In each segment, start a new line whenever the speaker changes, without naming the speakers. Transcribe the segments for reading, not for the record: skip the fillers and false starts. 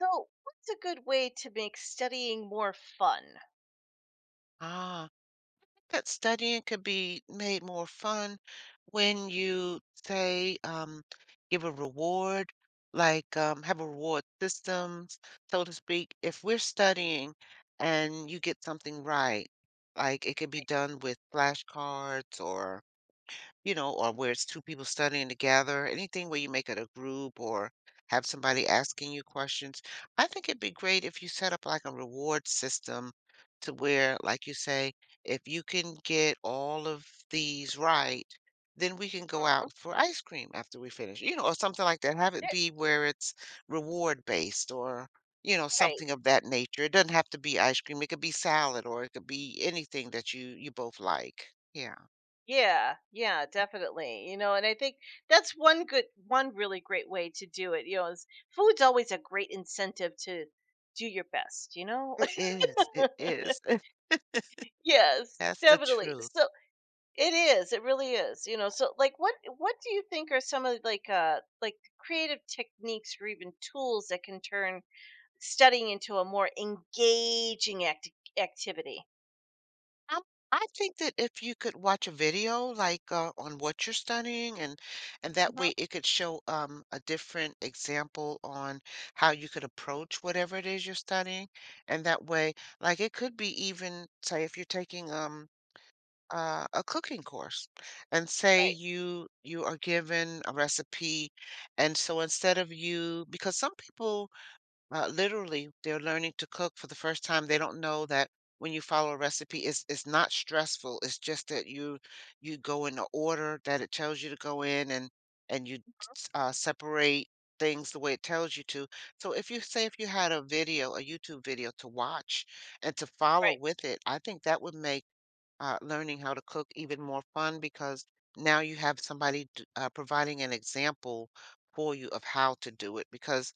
So, what's a good way to make studying more fun?
Ah, that studying could be made more fun when you say, give a reward, like have a reward system, so to speak. If we're studying and you get something right, like it could be done with flashcards or or where it's two people studying together, anything where you make it a group or have somebody asking you questions. I think it'd be great if you set up like a reward system to where, like you say, if you can get all of these right, then we can go out for ice cream after we finish, or something like that. Have
Eh,
it be where it's reward based or, something
Right.
of that nature. It doesn't have to be ice cream. It could be salad or it could be anything that you both like. Yeah.
Yeah. Yeah, definitely. You know, and I think that's one really great way to do it, you know, is food's always a great incentive to do your best, you know?
It is, it is.
Yes,
That's the
definitely.
truth.
So, it is. It really is. You know, so like what do you think are some of like creative techniques or even tools that can turn studying into a more engaging activity?
Um, I think that if you could watch a video, like, on what you're studying and that
Mhm.
way it could show, a different example on how you could approach whatever it is you're studying, and that way like, it could be even, say, if you're taking, a cooking course, and say
Right.
you are given a recipe, and so instead of you because some people literally, they're learning to cook for the first time. They don't know that when you follow a recipe, it's not stressful. It's just that you go in the order that it tells you to go in, and you separate things the way it tells you to. So if you say if you had a video, a YouTube video to watch and to follow
Right.
with it, I think that would make learning how to cook even more fun because now you have somebody providing an example for you of how to do it. Because,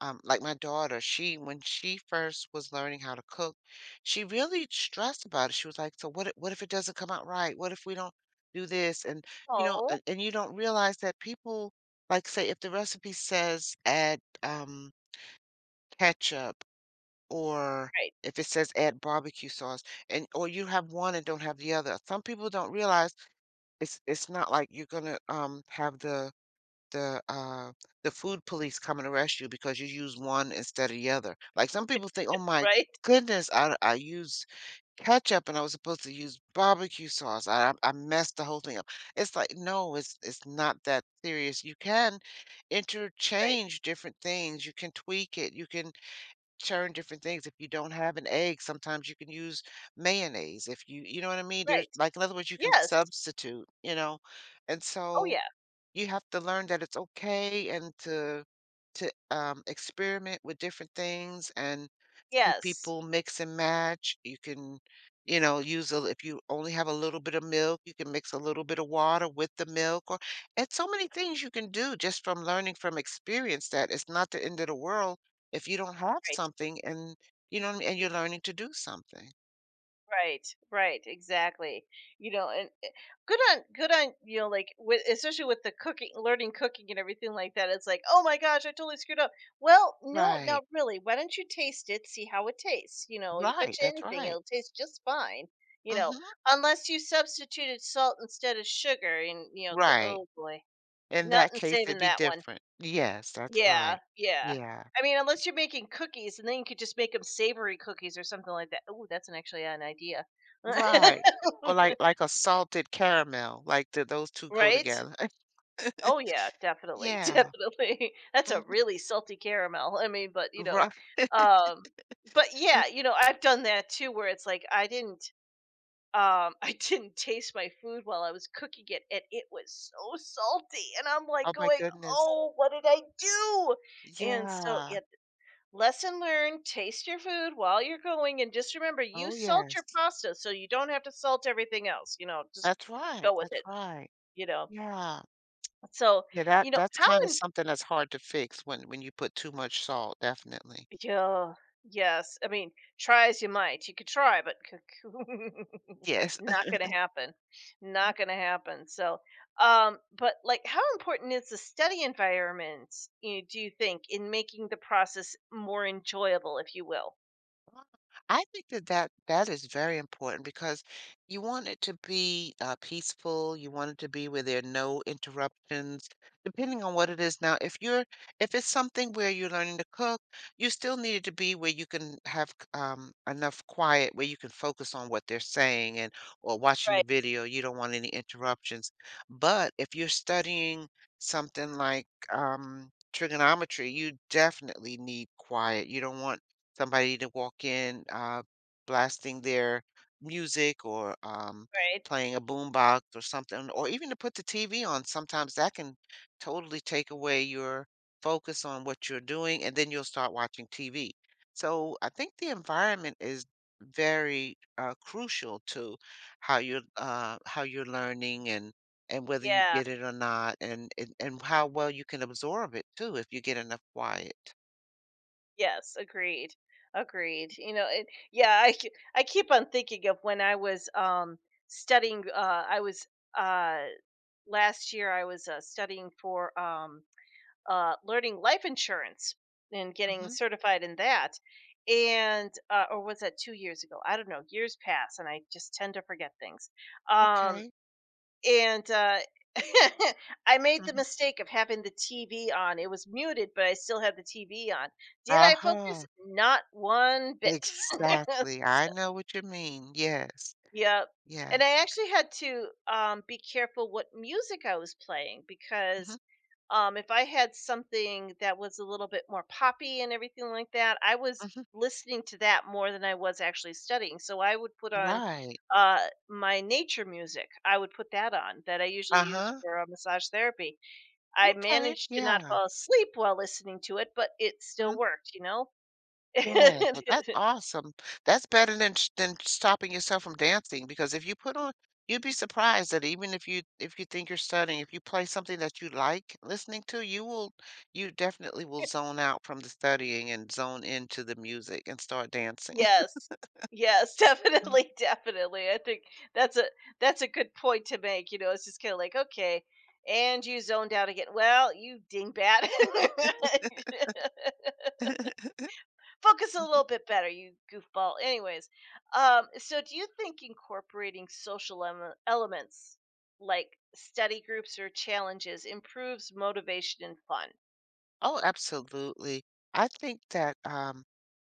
like my daughter, she when she first was learning how to cook, she really stressed about it. She was like, "So what? If, what if it doesn't come out right? What if we don't do this?" And you know,
Oh,
and you don't realize that people like say if the recipe says add ketchup or
right,
if it says add barbecue sauce and or you have one and don't have the other. Some people don't realize it's not like you're gonna have the uh the food police come and arrest you because you use one instead of the other. Like some people think, oh my
right,
goodness, I used ketchup and I was supposed to use barbecue sauce. I messed the whole thing up. It's like no, it's not that serious. You can
right,
interchange different things. You can tweak it. You can churn different things. If you don't have an egg, sometimes you can use mayonnaise. If you you know what I mean? There's
right.
like in other words, you can
Yes.
substitute, you know. And
Oh,
so
yeah.
you have to learn that it's okay and to experiment with different things and See
Yes.
people mix and match. You can use a if you only have a little bit of milk, you can mix a little bit of water with the milk or and so many things you can do just from learning from experience that it's not the end of the world if you don't have
Right,
something and you know what I mean, and you're learning to do something.
right, right. Exactly. You know, and good on. You know, like with especially with the cooking, learning cooking and everything like that. It's like, oh my gosh, I totally screwed up. Well, no, not
Right.
really. Why don't you taste it? See how it tastes. You know, you bet
Right,
you
that's
anything,
right.
it'll taste just fine. You know,
Mhm.
unless you substituted salt instead of sugar, and you know,
Right.
oh boy,
In that
nothing
case,
saving
it'd be
that one.
different. Yes, that's
Yeah,
right.
yeah.
Yeah.
I mean, unless you're making cookies, and then you could just make them savory cookies or something like that. Oh, that's an actually an idea.
Right. Or like a salted caramel, like the, those two go
Right?
together.
Oh, yeah, definitely,
Yeah,
definitely. That's a
mhm.
really salty caramel. I mean, but, you know,
Right.
um but, yeah, you know, I've done that too where it's like I didn't, I didn't taste my food while I was cooking it, and it was so salty, and I'm, like,
Oh my
going,
goodness.
"Oh, what did I do?" And so
Yeah.
yeah, lesson learned, taste your food while you're going and just remember you
Oh,
salt your
yes.
pasta so you don't have to salt everything else, you know, just
That's right,
go with it,
that's right.
you know.
Yeah.
So,
Yeah, that
you know,
that's
how
kinda
in
something that's hard to fix when you put too much salt, definitely.
yeah, yes. I mean, try as you might. You could try, but
Yes.
not going to happen. Not going to happen. So, but like how important is the study environment, you do you think, in making the process more enjoyable, if you will?
I think that that is very important because you want it to be peaceful. You want it to be where there are no interruptions, depending on what it is. Now, if you're if it's something where you're learning to cook, you still need it to be where you can have enough quiet where you can focus on what they're saying and or watching the
Right,
video. You don't want any interruptions. But if you're studying something like trigonometry, you definitely need quiet. You don't want somebody to walk in, blasting their music or
right.
playing a boombox or something, or even to put the TV on. Sometimes that can totally take away your focus on what you're doing, and then you'll start watching TV. So I think the environment is very crucial to how you're learning and whether you
Yeah.
get it or not and how well you can absorb it too if you get enough quiet.
Yes, agreed. Agreed. You know, it, yeah, I, ke- I keep on thinking of when I was studying uh I was uh last year I was studying for learning life insurance and getting
hmm
certified in that. And or was that 2 years ago? I don't know. Years pass and I just tend to forget things. Um
okay.
and I made the
hmm
mistake of having the TV on. It was muted, but I still had the TV on. Did I
uh-huh,
focus? Not one bit.
exactly. I know what you mean. Yes,
Yep.
yes.
And I actually had to, be careful what music I was playing
hmm
because if I had something that was a little bit more poppy and everything like that, I was
hmm
listening to that more than I was actually studying. So I would put on
right.
my nature music. I would put that on that I usually use
Uh-huh.
for massage therapy. I
Okay,
managed to not
yeah.
fall asleep while listening to it, but it still
Mhm.
worked, you know?
Yes, well, that's awesome. That's better than sh than stopping yourself from dancing because if you put on you'd be surprised that even if you think you're studying, if you play something that you like listening to, you will you definitely will zone out from the studying and zone into the music and start dancing.
Yes. Yes, definitely, definitely. I think that's a that's a good point to make, you know, it's just kinda like, "Okay, and you zoned out again. Well, you dingbat."
Mm.
Focus a
Mhm.
little bit better, you goofball. Anyways, so do you think incorporating social elements like study groups or challenges improves motivation and fun?
Oh, absolutely. I think that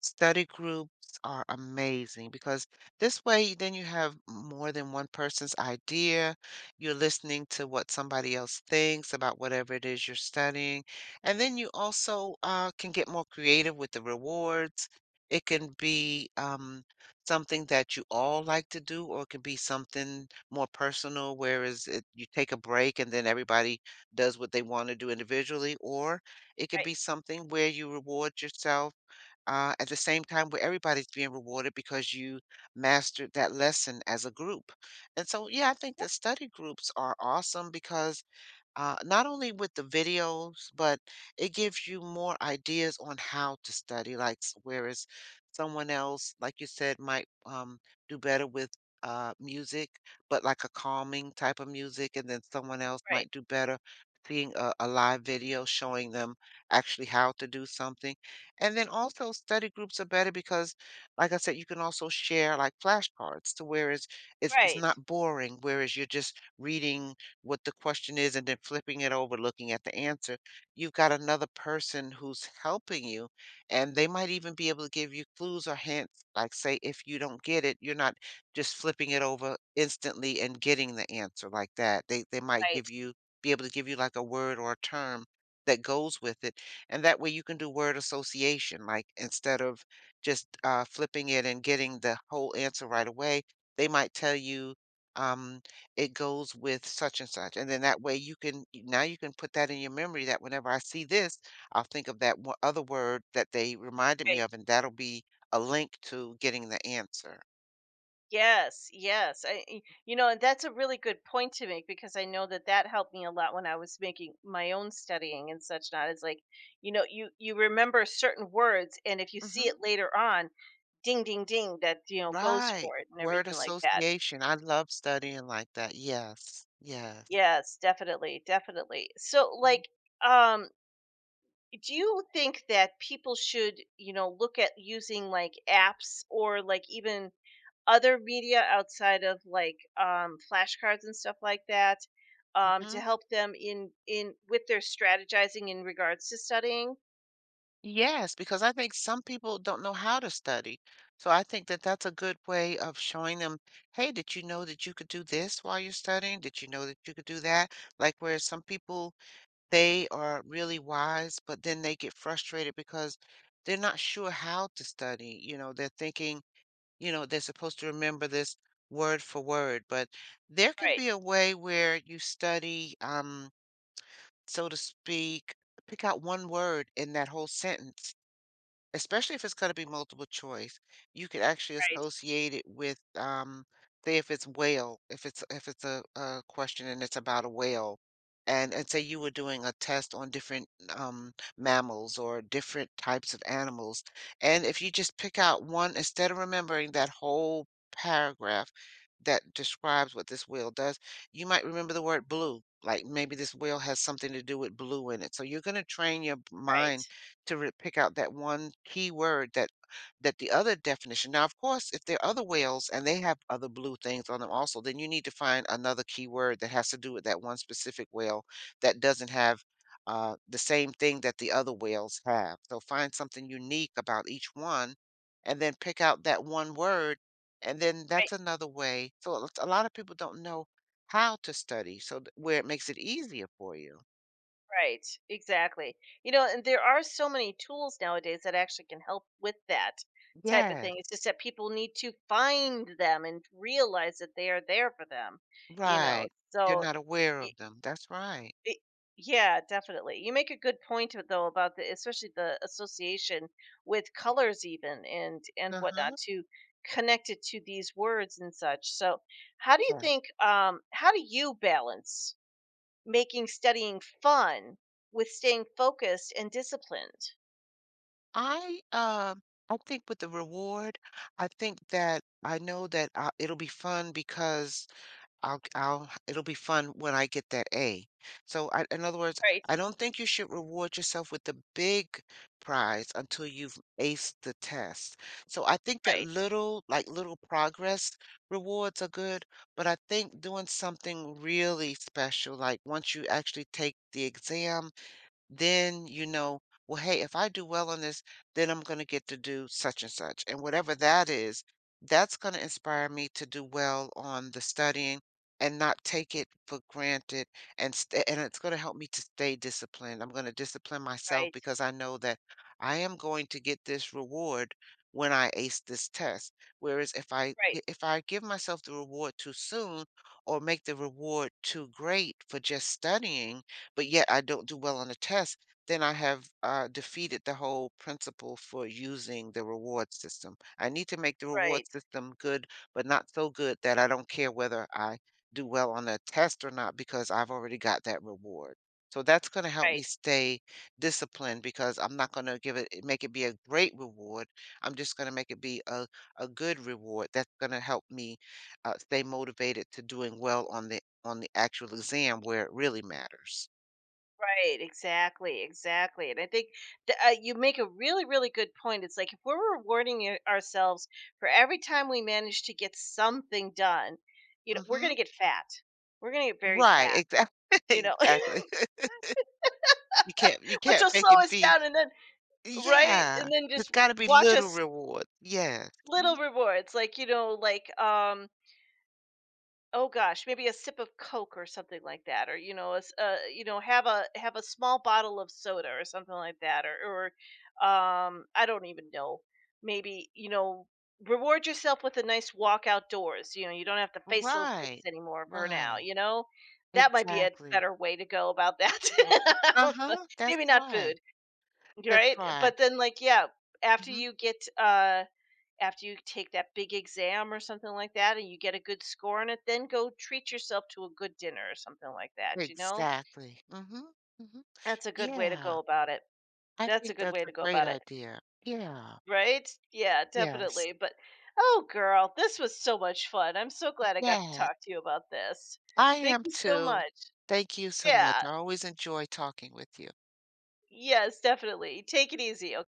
study groups are amazing because this way, then you have more than one person's idea. You're listening to what somebody else thinks about whatever it is you're studying. And then you also can get more creative with the rewards. It can be something that you all like to do, or it can be something more personal, whereas it, you take a break and then everybody does what they want to do individually, or it can
Right,
be something where you reward yourself at the same time where everybody's being rewarded because you mastered that lesson as a group. And so, yeah, I think that study groups are awesome because not only with the videos, but it gives you more ideas on how to study. Like, whereas someone else, like you said, might do better with music, but like a calming type of music, and then someone else
right.
might do better seeing a live video showing them actually how to do something. And then also, study groups are better because, like I said, you can also share like flashcards to whereas it's
Right,
not boring, whereas you're just reading what the question is and then flipping it over, looking at the answer, you've got another person who's helping you. And they might even be able to give you clues or hints, like, say, if you don't get it, you're not just flipping it over instantly and getting the answer like that. They might
right,
give you, be able to give you like a word or a term that goes with it. And that way you can do word association, like instead of just flipping it and getting the whole answer right away, they might tell you. um, it goes with such and such. And then that way you can now you can put that in your memory that whenever I see this, I'll think of that one other word that they reminded me
right.
of, and that'll be a link to getting the answer.
Yes, yes. You know, and that's a really good point to make because I know that that helped me a lot when I was making my own studying and such. Not it's like, you know, you remember certain words, and if you see
hmm
it later on, ding, ding, ding, that you know goes
Right.
for it and
Word
everything like that.
association. I love studying like that. Yes. Yes.
Yes, definitely, definitely. So, like, um, do you think that people should, you know, look at using like apps or like even other media outside of like flashcards and stuff like that
hmm
to help them in with their strategizing in regards to studying.
Yes, because I think some people don't know how to study. So I think that that's a good way of showing them, hey, did you know that you could do this while you're studying? Did you know that you could do that? Like where some people, they are really wise, but then they get frustrated because they're not sure how to study. You know, they're thinking, you know, they're supposed to remember this word for word, but there can
Right,
be a way where you study, so to speak, pick out one word in that whole sentence. Especially if it's gonna be multiple choice, you could actually
right,
associate it with, say if it's whale, if it's a question and it's about a whale, and say you were doing a test on different, mammals or different types of animals, and if you just pick out one instead of remembering that whole paragraph that describes what this whale does, you might remember the word blue, like, maybe this whale has something to do with blue in it, so you're gonna train your
right,
mind to pick out that one key word that the other definition. Now, of course, if there are other whales and they have other blue things on them also, then you need to find another key word that has to do with that one specific whale that doesn't have the same thing that the other whales have. So find something unique about each one, and then pick out that one word, and then
right,
that's another way. So a lot of people don't know how to study, so where it makes it easier for you.
right. Exactly. You know, and there are so many tools nowadays that actually can help with that type of
Yeah.
thing. It's just that people need to find them and realize that they are there for them. You know,
Right. They're
so.
not aware
I-
of them. That's right.
It Yeah, definitely. You make a good point of though about the especially the association with colors even and whatnot
Uh-huh.
to connect it to these words and such. So how do you
Right.
think how do you balance making studying fun with staying focused and disciplined?
I, um, I think with the reward, I think that I know that, it'll be fun because I'll it'll be fun when I get that A. So I, in other words,
Right,
I don't think you should reward yourself with the big prize until you've aced the test. So I think that
right,
little, like little progress rewards are good, but I think doing something really special, like once you actually take the exam then you know, well, hey, if I do well on this, then I'm going to get to do such and such. And whatever that is, that's going to inspire me to do well on the studying and not take it for granted. And it's going to help me to stay disciplined. I'm going to discipline myself
right,
because I know that I am going to get this reward when I ace this test. Whereas if I
right,
if I give myself the reward too soon or make the reward too great for just studying, but yet I don't do well on a test, then I have defeated the whole principle for using the reward system. I need to make the reward
right,
system good, but not so good that I don't care whether I do well on a test or not because I've already got that reward. So that's going to help
right.
me stay disciplined because I'm not going to give it make it be a great reward. I'm just going to make it be a good reward that's going to help me stay motivated to doing well on the actual exam where it really matters.
Right, exactly, exactly, and I think th you make a really, really good point, it's like, if we're rewarding y ourselves for every time we manage to get something done, you know, we're gonna
Mhm.
get fat. We're gonna get very
Right,
fat,
exactly.
you know,
Exactly. You can't you
which
can't
will
make
slow
it
us
be.
down and then right?
Yeah.
And then
It's
just
gotta be
watch
little
us
rewards. Yes.
little
Mhm.
rewards, like, you know, like, oh gosh, maybe a sip of Coke or something like that, or you know, a s you know, have a small bottle of soda or something like that, or I don't even know. Maybe you know, reward yourself with a nice walk outdoors. You know, you don't have to face those books
Right.
anymore for now.
Right.
You know, that might be a
Exactly.
better way to go about that. But
Uh-huh. That's
maybe not
right.
food,
That's
right?
right.
But then, like, yeah, after
Mhm.
you get uh after you take that big exam or something like that and you get a good score on it, then go treat yourself to a good dinner or something like that, you know?
Exactly. Mhm. Mhm.
That's a good way to go
Yeah.
about it.
I
That's a
think
good
that's
way to
a
go
great
about it.
idea. Yeah.
Right? Yeah,
Yes.
definitely. But oh, girl, this was so much fun. I'm so glad I got to
Yes.
talk to you about this.
I
Thank
am
you so
too.
much.
Thank you so much.
Yeah.
I always enjoy talking with you.
Yes, definitely. Take it easy.